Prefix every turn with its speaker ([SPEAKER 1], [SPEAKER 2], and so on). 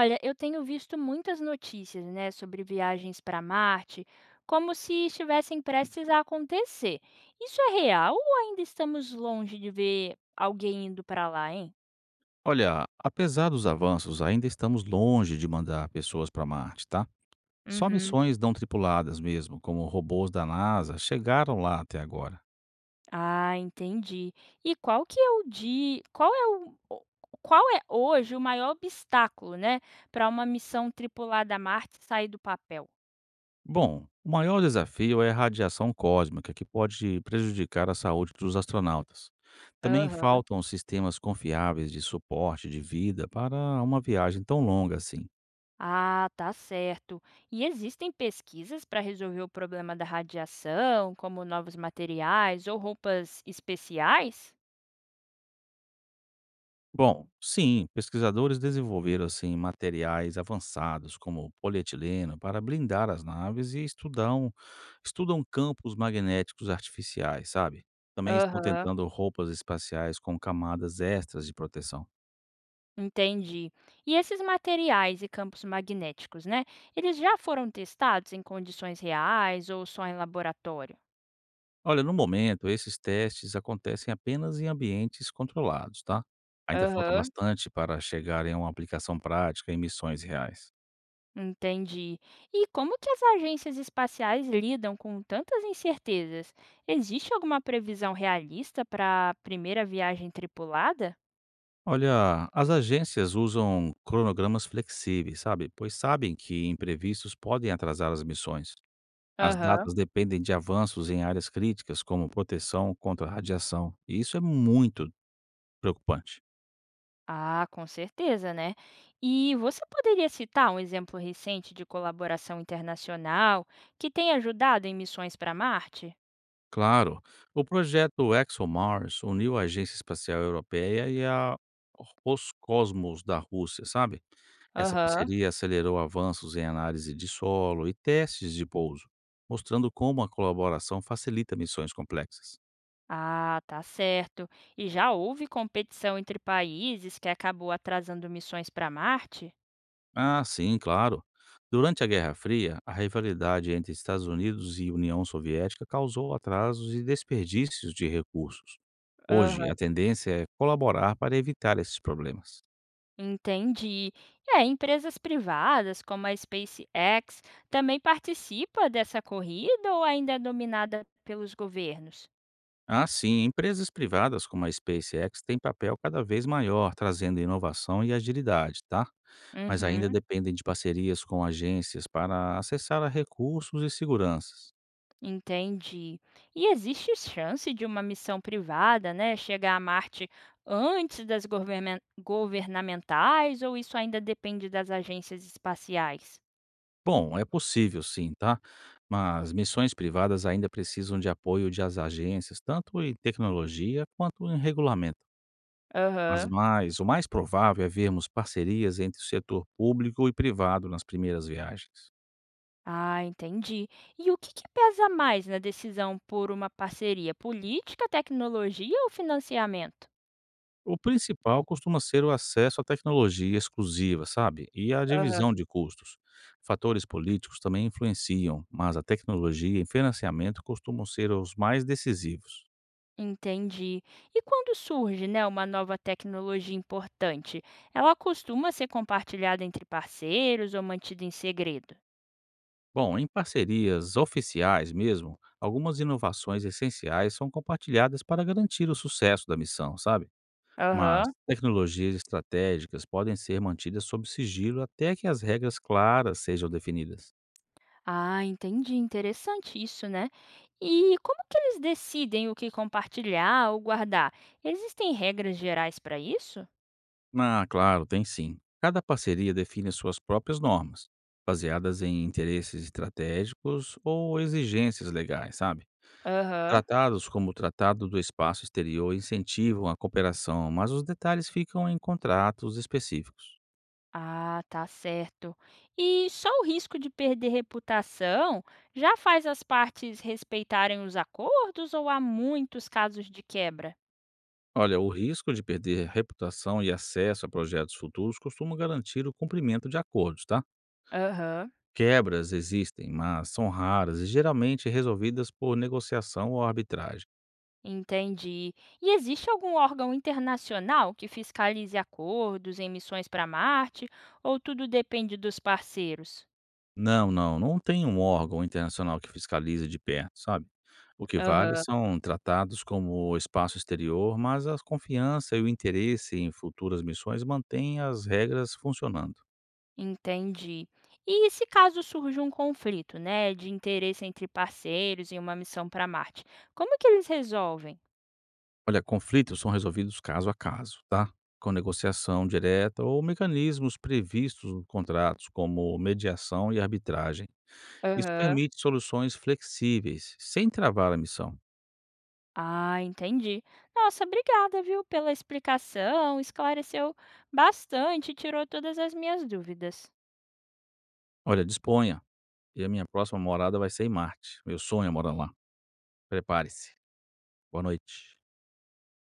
[SPEAKER 1] Olha, eu tenho visto muitas notícias, né, sobre viagens para Marte, como se estivessem prestes a acontecer. Isso é real ou ainda estamos longe de ver alguém indo para lá, hein?
[SPEAKER 2] Olha, apesar dos avanços, ainda estamos longe de mandar pessoas para Marte, tá? Só
[SPEAKER 1] Uhum.
[SPEAKER 2] missões não tripuladas mesmo, como robôs da NASA, chegaram lá até agora.
[SPEAKER 1] Ah, entendi. E qual é o qual é hoje o maior obstáculo, né, para uma missão tripulada a Marte sair do papel?
[SPEAKER 2] Bom, o maior desafio é a radiação cósmica, que pode prejudicar a saúde dos astronautas. Também
[SPEAKER 1] Aham.
[SPEAKER 2] faltam sistemas confiáveis de suporte de vida para uma viagem tão longa assim.
[SPEAKER 1] Ah, tá certo. E existem pesquisas para resolver o problema da radiação, como novos materiais ou roupas especiais?
[SPEAKER 2] Bom, sim, pesquisadores desenvolveram assim materiais avançados como polietileno para blindar as naves e estudam campos magnéticos artificiais, sabe? Também estão
[SPEAKER 1] Aham,
[SPEAKER 2] tentando roupas espaciais com camadas extras de proteção.
[SPEAKER 1] entendi. E esses materiais e campos magnéticos, né? Eles já foram testados em condições reais ou só em laboratório?
[SPEAKER 2] Olha, no momento, esses testes acontecem apenas em ambientes controlados, tá? Ainda falta
[SPEAKER 1] Aham,
[SPEAKER 2] bastante para chegarem a uma aplicação prática em missões reais.
[SPEAKER 1] entendi. E como que as agências espaciais lidam com tantas incertezas? Existe alguma previsão realista para a primeira viagem tripulada?
[SPEAKER 2] Olha, as agências usam cronogramas flexíveis, sabe? Pois sabem que imprevistos podem atrasar as missões. As
[SPEAKER 1] Aham.
[SPEAKER 2] datas dependem de avanços em áreas críticas, como proteção contra radiação, e isso é muito preocupante.
[SPEAKER 1] Ah, com certeza, né? E você poderia citar um exemplo recente de colaboração internacional que tem ajudado em missões para Marte?
[SPEAKER 2] Claro, o projeto ExoMars uniu a Agência Espacial Europeia e a Roscosmos da Rússia, sabe? Essa
[SPEAKER 1] Aham.
[SPEAKER 2] parceria acelerou avanços em análise de solo e testes de pouso, mostrando como a colaboração facilita missões complexas.
[SPEAKER 1] Ah, tá certo. E já houve competição entre países que acabou atrasando missões para Marte?
[SPEAKER 2] Ah, sim, claro. Durante a Guerra Fria, a rivalidade entre Estados Unidos e União Soviética causou atrasos e desperdícios de recursos. Hoje,
[SPEAKER 1] Aham.
[SPEAKER 2] a tendência é colaborar para evitar esses problemas.
[SPEAKER 1] Entendi. É, empresas privadas como a SpaceX também participa dessa corrida ou ainda é dominada pelos governos?
[SPEAKER 2] Assim, empresas privadas como a SpaceX têm papel cada vez maior, trazendo inovação e agilidade, tá? Mas
[SPEAKER 1] Uhum.
[SPEAKER 2] ainda dependem de parcerias com agências para acessar a recursos e seguranças.
[SPEAKER 1] Entendi. E existe chance de uma missão privada, né, chegar a Marte antes das governamentais ou isso ainda depende das agências espaciais?
[SPEAKER 2] Bom, é possível sim, tá? Mas missões privadas ainda precisam de apoio de as agências, tanto em tecnologia quanto em regulamento. Mas
[SPEAKER 1] Aham.
[SPEAKER 2] mais, o mais provável é vermos parcerias entre o setor público e privado nas primeiras viagens.
[SPEAKER 1] Ah, entendi. E o que que pesa mais na decisão por uma parceria política, tecnologia ou financiamento?
[SPEAKER 2] O principal costuma ser o acesso à tecnologia exclusiva, sabe? E a
[SPEAKER 1] Aham.
[SPEAKER 2] divisão de custos. Fatores políticos também influenciam, mas a tecnologia e financiamento costumam ser os mais decisivos.
[SPEAKER 1] Entendi. E quando surge, né, uma nova tecnologia importante, ela costuma ser compartilhada entre parceiros ou mantida em segredo?
[SPEAKER 2] Bom, em parcerias oficiais mesmo, algumas inovações essenciais são compartilhadas para garantir o sucesso da missão, sabe? Mas
[SPEAKER 1] Aham.
[SPEAKER 2] tecnologias estratégicas podem ser mantidas sob sigilo até que as regras claras sejam definidas.
[SPEAKER 1] Ah, entendi. Interessante isso, né? E como que eles decidem o que compartilhar ou guardar? Existem regras gerais para isso?
[SPEAKER 2] Ah, claro, tem sim. Cada parceria define suas próprias normas, baseadas em interesses estratégicos ou exigências legais, sabe?
[SPEAKER 1] Aham.
[SPEAKER 2] Tratados como o Tratado do Espaço Exterior incentivam a cooperação, mas os detalhes ficam em contratos específicos.
[SPEAKER 1] Ah, tá certo. E só o risco de perder reputação já faz as partes respeitarem os acordos ou há muitos casos de quebra?
[SPEAKER 2] Olha, o risco de perder reputação e acesso a projetos futuros costuma garantir o cumprimento de acordos, tá?
[SPEAKER 1] Aham.
[SPEAKER 2] Quebras existem, mas são raras e geralmente resolvidas por negociação ou arbitragem.
[SPEAKER 1] Entendi. E existe algum órgão internacional que fiscalize acordos em missões para Marte ou tudo depende dos parceiros?
[SPEAKER 2] Não, não, não tem um órgão internacional que fiscaliza de perto, sabe. O que vale
[SPEAKER 1] Aham,
[SPEAKER 2] são tratados como espaço exterior, mas a confiança e o interesse em futuras missões mantêm as regras funcionando.
[SPEAKER 1] entendi. E se caso surge um conflito, né, de interesse entre parceiros em uma missão para Marte, como que eles resolvem?
[SPEAKER 2] Olha, conflitos são resolvidos caso a caso, tá, com negociação direta ou mecanismos previstos nos contratos, como mediação e arbitragem. Isso
[SPEAKER 1] Aham.
[SPEAKER 2] permite soluções flexíveis, sem travar a missão.
[SPEAKER 1] Ah, entendi. Nossa, obrigada, viu, pela explicação, esclareceu bastante, tirou todas as minhas dúvidas.
[SPEAKER 2] Olha, disponha, e a minha próxima morada vai ser em Marte. Meu sonho é morar lá. Prepare-se. Boa noite.